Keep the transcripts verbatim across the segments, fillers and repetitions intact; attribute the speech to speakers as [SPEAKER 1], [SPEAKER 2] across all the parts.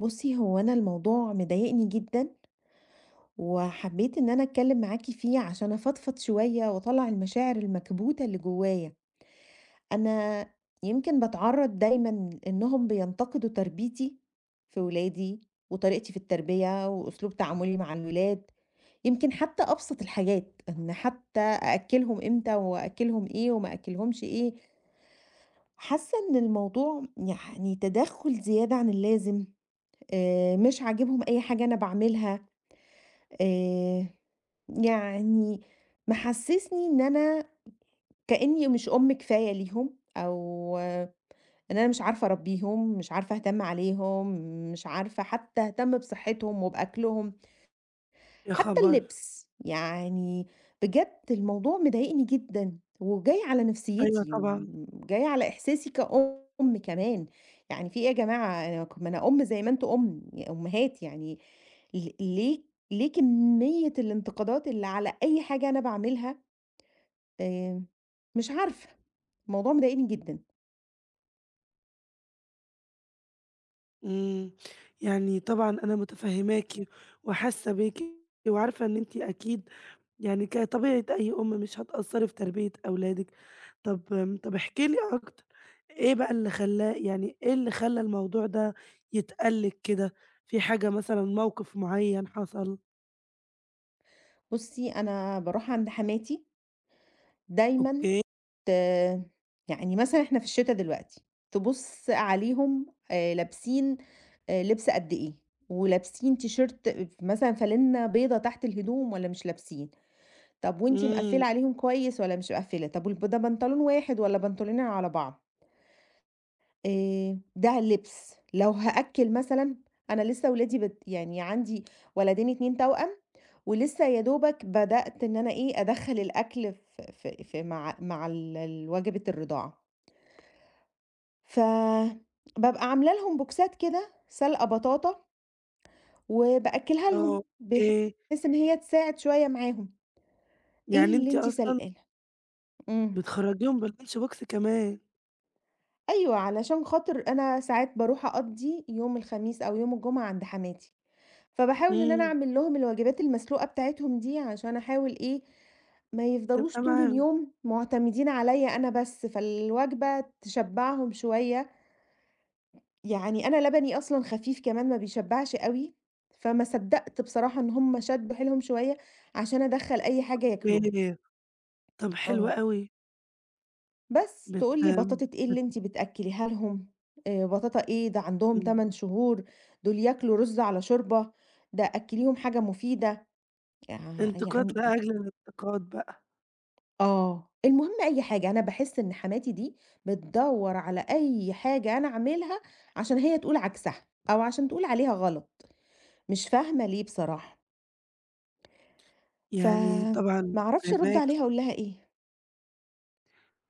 [SPEAKER 1] بُصّي، هو أنا الموضوع مضايقني جدًا، وحبيت إن أنا أتكلّم معاكِ فيه عشان أفضفض شوية وأطلّع المشاعر المكبوتة اللي جوايا. أنا يمكن باتعرّض دايمًا إنّهم بينتقدوا تربيتي في ولادي وطريقتي في التربية وأسلوب تعاملي مع الولاد، يمكن حتّى أبسط الحاجات، إن حتّى أأكّلهم إمتى وأأكّلهم إيه وما أأكّلهمش إيه. حاسّة إن الموضوع يعني تدخُّل زيادة عن اللازم، آآ مش عاجبهم أي حاجة أنا باعملها، آآ يعني محسّسني إن أنا كإنّي مش أم كفاية ليهم، أو آه، إن أنا مش عارفة أربّيهم، مش عارفة أهتم عليهم، مش عارفة حتّى أهتم بصحّتهم وبأكلهم.
[SPEAKER 2] يا
[SPEAKER 1] حتى
[SPEAKER 2] خبر!
[SPEAKER 1] اللبس، يعني بجد الموضوع مضايقني جدًا، وجاي على
[SPEAKER 2] أيوه
[SPEAKER 1] نفسيتي،
[SPEAKER 2] طبعًا،
[SPEAKER 1] وجاي على إحساسي كأم كمان، يعني في إيه يا جماعة انا ما أنا أم زي ما أنتم أم أمهات يعني ل ليه ليه كمية الانتقادات اللي على أي حاجة أنا باعملها؟ آآ، مش عارفة، الموضوع مضايقني جدًا.
[SPEAKER 2] إمم، يعني طبعًا أنا متفهماكِ وحاسة بيكِ وعارفة إن أنتِ أكيد يعني كطبيعة أي أم مش هتقصّري في تربية أولادِك، طب آمم، طب احكي لي أكتر، إيه بقى اللي خلّاه يعني إيه اللي خلّى الموضوع ده يتقال لِك كده؟ في حاجة مثلًا موقف معيّن حصل؟
[SPEAKER 1] بُصّي، أنا باروح عند حماتي دايمًا.
[SPEAKER 2] أوكي،
[SPEAKER 1] ت يعني مثلًا إحنا في الشتا دلوقتي، تبُص عليهم آآ لابسين آآ لِبْس قد إيه، ولابسين تيشيرت ف مثلًا فانلة بيضا تحت الهدوم والّا مش لابسين، طب وأنتِ
[SPEAKER 2] إمم،
[SPEAKER 1] مقفّلة عليهم كويس والّا مش مقفّلة، طب والب ده بنطلون واحد والّا بنطلونين على بعض، آآ ده اللبس. لو هأكّل مثلًا، أنا لسه ولادي بت يعني عندي ولدين اتنين توأم، ولسه يا دوبك بدأت إن أنا إيه، أدخّل الأكل ف ف في مع مع ال ال وجبة الرضاعة، ف بابقى عاملة لهم بوكسات كده سلقة بطاطا وبأكّلها
[SPEAKER 2] آه،
[SPEAKER 1] لهم،
[SPEAKER 2] أوكي،
[SPEAKER 1] بحيث إن هي تساعد شوية معاهم. إيه
[SPEAKER 2] يعني
[SPEAKER 1] اللي
[SPEAKER 2] أنتِ
[SPEAKER 1] أنتِ
[SPEAKER 2] أصلًا
[SPEAKER 1] سلقاه؟ إمم.
[SPEAKER 2] بتخرّجيهم باللانش بوكس كمان،
[SPEAKER 1] أيوه، علشان خاطر أنا ساعات باروح أقضّي يوم الخميس أو يوم الجمعة عند حماتي، فباحاول إن أنا
[SPEAKER 2] إمم،
[SPEAKER 1] أعمل لهم الوجبات المسلوقة بتاعتهم دي عشان أحاول إيه، ما يفضلوش
[SPEAKER 2] تبقى
[SPEAKER 1] طول
[SPEAKER 2] معاهم،
[SPEAKER 1] اليوم مُعتمدين عليّا أنا بس، فالوجبة تشبّعهم شوية. يعني أنا لبني أصلًا خفيف كمان ما بيشبّعش أوي، فما صدّقت بصراحة إن هم شدّوا حيلهم شوية عشان أدخّل أي حاجة ياكلوها.
[SPEAKER 2] أوكي، طب حلو
[SPEAKER 1] آه.
[SPEAKER 2] أوي.
[SPEAKER 1] بس
[SPEAKER 2] بت
[SPEAKER 1] تقول لي بطاطة إيه
[SPEAKER 2] بت
[SPEAKER 1] اللي أنتِ بتأكّليها لهم، آآ بطاطا إيه، ده عندهم تمن شهور، دول ياكلوا رُز على شوربة، ده أكّليهم حاجة مفيدة، يع يعني
[SPEAKER 2] انتقاد لأجل الانتقاد بقى،
[SPEAKER 1] آه، المهم أي حاجة، أنا باحس إن حماتي دي بتدوّر على أي حاجة أنا أعملها عشان هي تقول عكسها، أو عشان تقول عليها غلط، مش فاهمة ليه بصراحة، ف
[SPEAKER 2] يعني طبعًا
[SPEAKER 1] ما أعرفش أرُد
[SPEAKER 2] فاهماكِ،
[SPEAKER 1] عليها أقول لها إيه.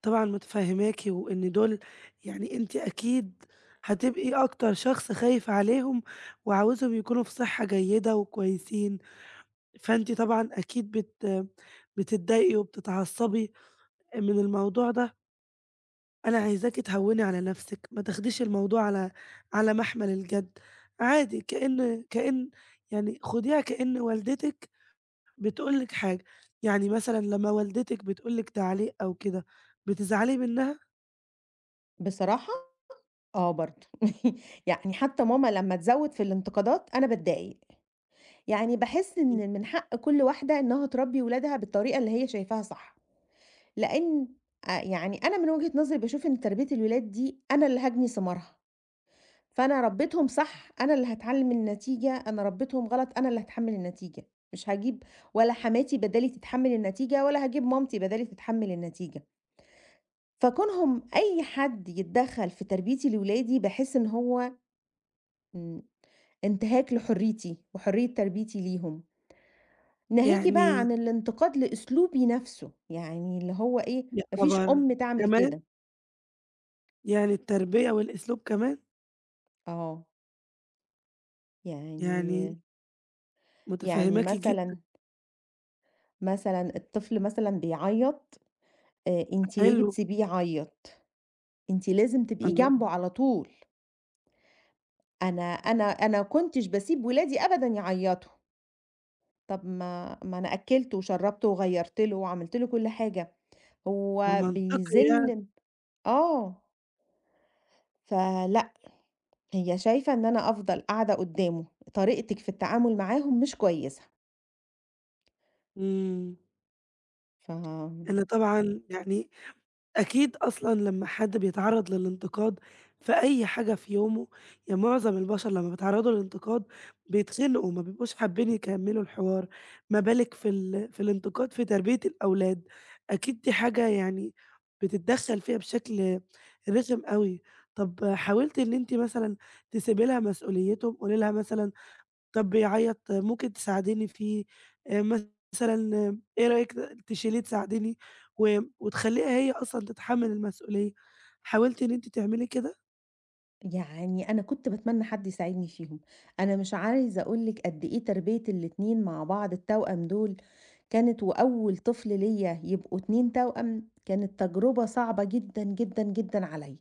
[SPEAKER 2] طبعًا متفهماكِ، وإن دول يعني أنتِ أكيد هتبقي أكتر شخص خايفة عليهم، وعاوزاهم يكونوا في صحة جيدة وكويسين، فأنتِ طبعًا أكيد بت بتتضايقي وبتتعصبي من الموضوع ده. أنا عايزاكِ تهوّني على نفسِك، ما تاخديش الموضوع على على محمل الجد، عادي كأن كأن يعني خديها كأن والدتِك بتقول لِك حاجة، يعني مثلًا لمّا والدتِك بتقول لِك تعليق أو كده، بتزعلي منها؟
[SPEAKER 1] بصراحة آه برضه يعني حتى ماما لمّا تزوّد في الانتقادات أنا باتضايق. يعني باحس
[SPEAKER 2] إمم.
[SPEAKER 1] إن من حق كل واحدة إنها تربّي ولادها بالطريقة اللي هي شايفاها صح، لإن آآ يعني أنا من وجهة نظري باشوف إن تربية الولاد دي أنا اللي هاجني ثمارها، فأنا ربيتهم صح أنا اللي هاتعلّم النتيجة، أنا ربيتهم غلط أنا اللي هاتحمّل النتيجة، مش هاجيب ولا حماتي بدالي تتحمّل النتيجة ولا هاجيب مامتي بدالي تتحمّل النتيجة، فكونهم أي حد يتدخّل في تربيتي لولادي باحس إن هو إمم، انتهاك لحريتي وحرية تربيتي ليهم. ناهيكِ بقى
[SPEAKER 2] يعني
[SPEAKER 1] عن الانتقاد لأسلوبي نفسه، يعني اللي هو إيه،
[SPEAKER 2] يا
[SPEAKER 1] ما فيش
[SPEAKER 2] خبر!
[SPEAKER 1] أم تعمل
[SPEAKER 2] كمان!
[SPEAKER 1] كده،
[SPEAKER 2] يعني التربية والأسلوب كمان!
[SPEAKER 1] آه،
[SPEAKER 2] يعني
[SPEAKER 1] يعني يعني
[SPEAKER 2] متفهماكِ جدًا،
[SPEAKER 1] مثلًا مثلًا الطفل مثلًا بيعيّط، آآ، أنتِ ليه
[SPEAKER 2] حلو،
[SPEAKER 1] بتسيبيه يعيّط؟ أنتِ لازم تبقي
[SPEAKER 2] الله!
[SPEAKER 1] جنبه على طول، أنا أنا أنا كنتش باسيب ولادي أبدًا يعيّطوا، طب ما ما أنا أكّلته وشرّبته وغيّرت له وعملت له كل حاجة، هو
[SPEAKER 2] ومنطقي يعني،
[SPEAKER 1] بيزِن. آه، فلأ، هي شايفة إن أنا أفضل قاعدة قدّامه، طريقتِك في التعامل معاهم مش كويسة.
[SPEAKER 2] إمم،
[SPEAKER 1] ف
[SPEAKER 2] أنا طبعًا يعني أكيد أصلًا لمّا حد بيتعرّض للانتقاد في أي حاجة في يومه، يعني معظم البشر لمّا بيتعرّضوا للانتقاد بيتخنقوا، ما بيبقوش حابين يكمّلوا الحوار، ما بالِك في ال في الانتقاد في تربية الأولاد، أكيد دي حاجة يعني بتتدخّل فيها بشكل رخم أوي. طَب حاولتِ إن أنتِ مثلًا تسيبي لها مسؤوليتهم، قولي لها مثلًا طب بيعيّط ممكن تساعديني فيه، آآ مثلًا إيه رأيِك تشيليه تساعديني و وتخلّيها هي أصلًا تتحمّل المسؤولية، حاولتِ إن أنتِ تعملي كده؟
[SPEAKER 1] يعني أنا كنت باتمنى حد يساعدني فيهم، أنا مش عايزة أقول لِك قد إيه تربية الاتنين مع بعض التوأم دول كانت وأول طفل ليّا يبقوا اتنين توأم، كانت تجربة صعبة جدًا، جدًا، جدًا عليّا،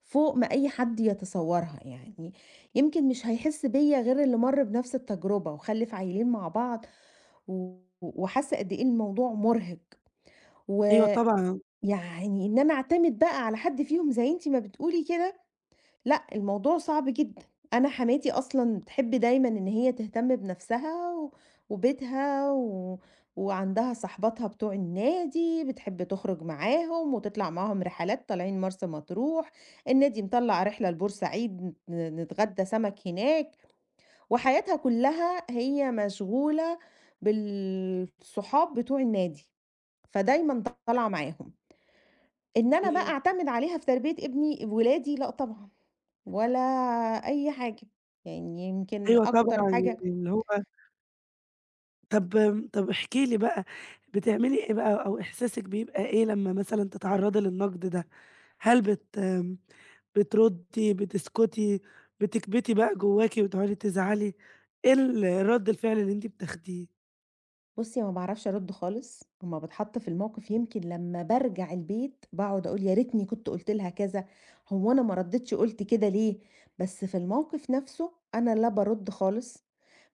[SPEAKER 1] فوق ما أي حد يتصورها يعني، يمكن مش هيحس بيّا غير اللي مَر بنفس التجربة وخلِّف عيّلين مع بعض و وحس قد إيه الموضوع مُرهق، و
[SPEAKER 2] أيوه طبعًا،
[SPEAKER 1] يعني إن أنا أعتمد بقى على حد فيهم زي أنتِ ما بتقولي كده، لأ الموضوع صعب جدًا، أنا حماتي أصلًا بتحب دايمًا إن هي تهتم بنفسها و وبيتها و وعندها صاحباتها بتوع النادي، بتحب تخرج معاهم وتطلع معاهم رحلات، طالعين مرسى مطروح، النادي مطلّع رحلة لبورسعيد ن نتغدى سمك هناك، وحياتها كلها هي مشغولة بالصحاب بتوع النادي، فدايمًا طالعة معاهم. إن أنا بقى
[SPEAKER 2] إمم،
[SPEAKER 1] أعتمد عليها في تربية ابني ولادي لأ طبعًا، ولا أي حاجة، يعني يمكن
[SPEAKER 2] أيوه
[SPEAKER 1] أكتر
[SPEAKER 2] طبعًا، يعني
[SPEAKER 1] حاجة.
[SPEAKER 2] اللي هو طب طب احكي لي بقى بتعملي إيه بقى أو إحساسِك بيبقى إيه لمّا مثلًا تتعرّضي للنقد ده؟ هل بت بتردّي، بتسكتي، بتكبتي بقى جواكِ وتقعدي تزعلي، إيه ال رَد الفعل اللي أنتِ بتاخديه؟
[SPEAKER 1] بُصّي، ما باعرفش أرُد خالص، أمّا باتحط في الموقف يمكن لمّا بارجع البيت باقعد أقول يا ريتني كنت قُلت لها كذا، هو أنا ما رديتش قُلت كده ليه؟ بس في الموقف نفسه أنا لا بارُد خالص،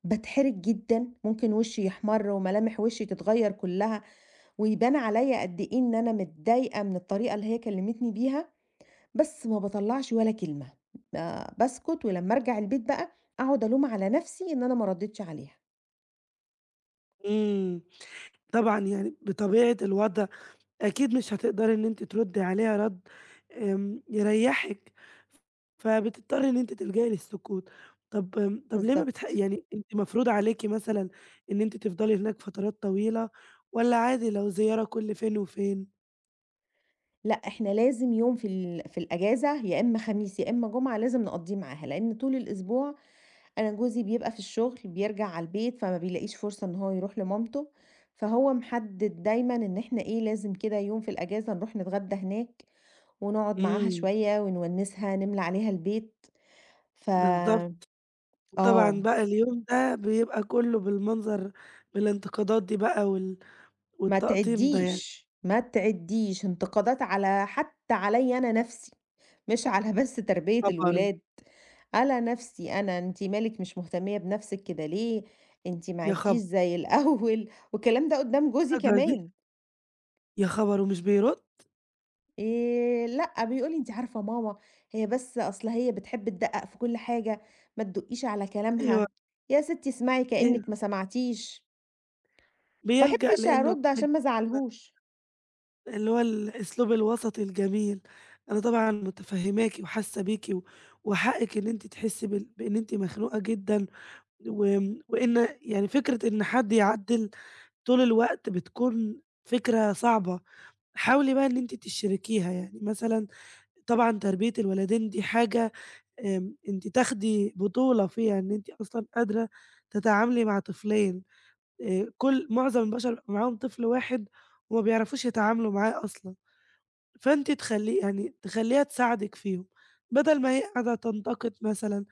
[SPEAKER 1] باتحرج جدًا، ممكن وشّي يحمَر وملامح وشّي تتغيّر كلّها، ويبان عليَّ قد إيه إن أنا متضايقة من الطريقة اللي هي كلمتني بيها. بس ما باطلّعش ولا كلمة، ما باسكت ولمّا أرجع البيت بقى أقعد ألوم على نفسي إن أنا ما ردّيتش عليها.
[SPEAKER 2] إمم. طبعًا يعني بطبيعة الوضع أكيد مش هتقدري إن أنتِ تردّي عليها رَد آمم يريّحِك، فبتضطري إن أنتِ تلجئي للسكوت. طب آمم طب ليه ما بتح
[SPEAKER 1] بالضبط.
[SPEAKER 2] يعني أنتِ مفروض عليكِ مثلًا إن أنتِ تفضلي هناك فترات طويلة والّا عادي لو زيارة كل فين وفين؟
[SPEAKER 1] لأ، إحنا لازم يوم في ال في الأجازة يا إمّا خميس يا إمّا جمعة لازم نقضّيه معاها، لإن طول الأسبوع أنا جوزي بيبقى في الشغل، بيرجع على البيت، فما بيلاقيش فرصة إن هو يروح لمامته، فهو محدد دايمًا إن إحنا إيه، لازم كده يوم في الأجازة نروح نتغدى هناك ونقعد معاها
[SPEAKER 2] إمم،
[SPEAKER 1] شوية ونونِّسها، نملى عليها البيت. ف
[SPEAKER 2] بالضبط. وطبعًا
[SPEAKER 1] آه.
[SPEAKER 2] بقى اليوم ده بيبقى كُلّه بالمنظر بالانتقادات دي بقى وال
[SPEAKER 1] ما
[SPEAKER 2] والتقطيم ده يعني.
[SPEAKER 1] تعدّيش، ما تعدّيش، انتقادات على حتى عليّا أنا نَفْسي، مش على بس تربية
[SPEAKER 2] خبر!
[SPEAKER 1] الولاد، على نَفْسي أنا، أنتِ مالِك مش مهتمية بنَفْسِك كده ليه، أنتِ ما
[SPEAKER 2] يا خبر!
[SPEAKER 1] عِدتيش زي الأول، والكلام ده قدّام جوزي
[SPEAKER 2] الدرجة دي!
[SPEAKER 1] كمان،
[SPEAKER 2] يا خبر ومش بيرُد!
[SPEAKER 1] آآ لأ، بيقول لي: "أنتِ عارفة ماما هي بس أصل هي بتحب تدقّق في كل حاجة، ما تدُقّيش على
[SPEAKER 2] أيوه.
[SPEAKER 1] كلامها، يا ستّي اسمعي
[SPEAKER 2] ايه
[SPEAKER 1] كإنِّك ما سمعتيش." ما
[SPEAKER 2] بيلجأ
[SPEAKER 1] باحبش
[SPEAKER 2] لإنه
[SPEAKER 1] أرُد عشان ما
[SPEAKER 2] بيكون
[SPEAKER 1] ازعّلهوش.
[SPEAKER 2] اللي هو الأسلوب الوسطي الجميل، أنا طبعًا متفهّماكِ وحاسة بيكِ و وحقِك إن أنتِ تحسّي بال بإن أنتِ مخنوقة جدًا، وآمم وإن يعني فكرة إن حد يعدّل طول الوقت بتكون فكرة صعبة، حاولي بقى إن أنتِ تشاركيها، يعني مثلًا طبعًا تربية الولدين دي حاجة آمم أنتِ تاخدي بطولة فيها، إن أنتِ أصلًا قادرة تتعاملي مع طفلين. آآ كل معظم البشر بيبقى معاهم طفل واحد وما بيعرفوش يتعاملوا معاه أصلًا، فأنتِ تخلّي يعني تخلّيها تساعدِك فيهم، بدل ما هي قاعدة تنتقد مثلًا،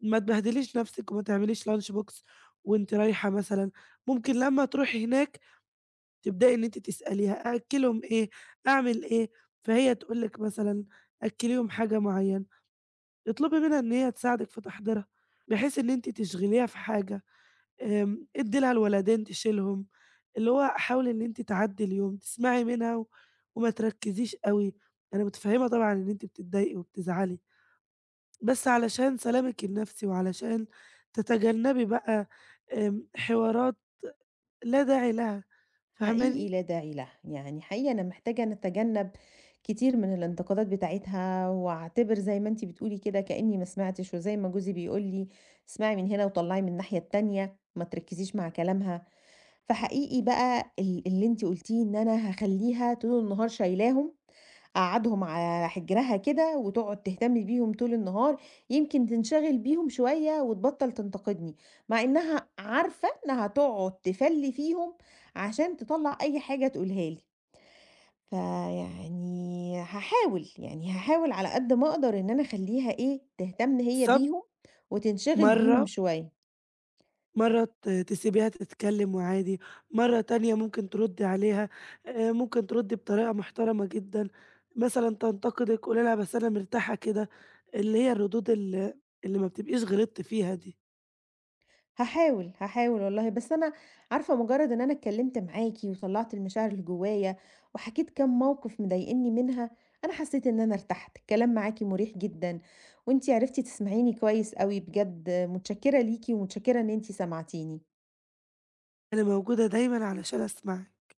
[SPEAKER 2] ما تبهدليش نفسِك وما تعمليش lunch box وأنتِ رايحة مثلًا، ممكن لمّا تروحي هناك تبدئي إن أنتِ تسأليها أأكّلهم إيه، أعمل إيه، فهي تقول لِك مثلًا أكّليهم حاجة معيّنة، اطلبي منها إن هي تساعدِك في تحضيرها، بحيث إن أنتِ تشغليها في حاجة. آمم، ادّي لها الولدين تشيلهم، اللي هو حاولي إن أنتِ تعدّي اليوم، تسمعي منها و وما تركّزيش أوي، أنا متفهّمة طبعًا إن أنتِ بتتضايقي وبتزعلي، بس علشان سلامِك النفسي وعلشان تتجنّبي بقى آمم، حوارات لا داعي لها،
[SPEAKER 1] حقيقي
[SPEAKER 2] فاهماني؟
[SPEAKER 1] لا داعي لها، يعني حقيقي أنا محتاجة نتجنب كتير من الانتقادات بتاعتها، وأعتبر زي ما أنتِ بتقولي كده كأني ما سمعتش، وزي ما جوزي بيقول لي اسمعي من هنا وطلعي من الناحية التانية، ما تركزيش مع كلامها. فحقيقي بقى ال اللي أنتِ قُلتيه إن أنا هاخلّيها طول النهار شايلاهم، أقعّدهم على حجرها كده وتقعد تهتم بيهم طول النهار، يمكن تنشغل بيهم شوية وتبطّل تنتقدني، مع إنها عارفة إنها تقعد تفلّي فيهم عشان تطلّع أي حاجة تقولها لي. فيعني هاحاول، يعني هاحاول على قد ما أقدر إن أنا أخلّيها إيه، تهتم هي
[SPEAKER 2] صب
[SPEAKER 1] بيهم وتنشغل بيهم
[SPEAKER 2] مرّة
[SPEAKER 1] شوية.
[SPEAKER 2] مرّة ت تسيبيها تتكلّم وعادي، مرّة تانية ممكن تردّي عليها، آآ ممكن تردّي بطريقة محترمة جدًا، مثلًا تنتقدِك قولي لها بس أنا مرتاحة كده، اللي هي الردود ال اللي ما بتبقيش غلطتِ فيها دي،
[SPEAKER 1] هاحاول، هاحاول والله، بس أنا عارفة مجرّد إن أنا اتكلّمت معاكِ وطلّعت المشاعر اللي جوايا، وحكيت كام موقف مضايقني منها، أنا حسّيت إن أنا ارتحت، الكلام معاكِ مُريح جدًا، وأنتِ عرفتِ تسمعيني كويس أوي بجد، متشكّرة ليكِ ومتشكّرة إن أنتِ سمعتيني.
[SPEAKER 2] أنا موجودة دايمًا علشان أسمعِك.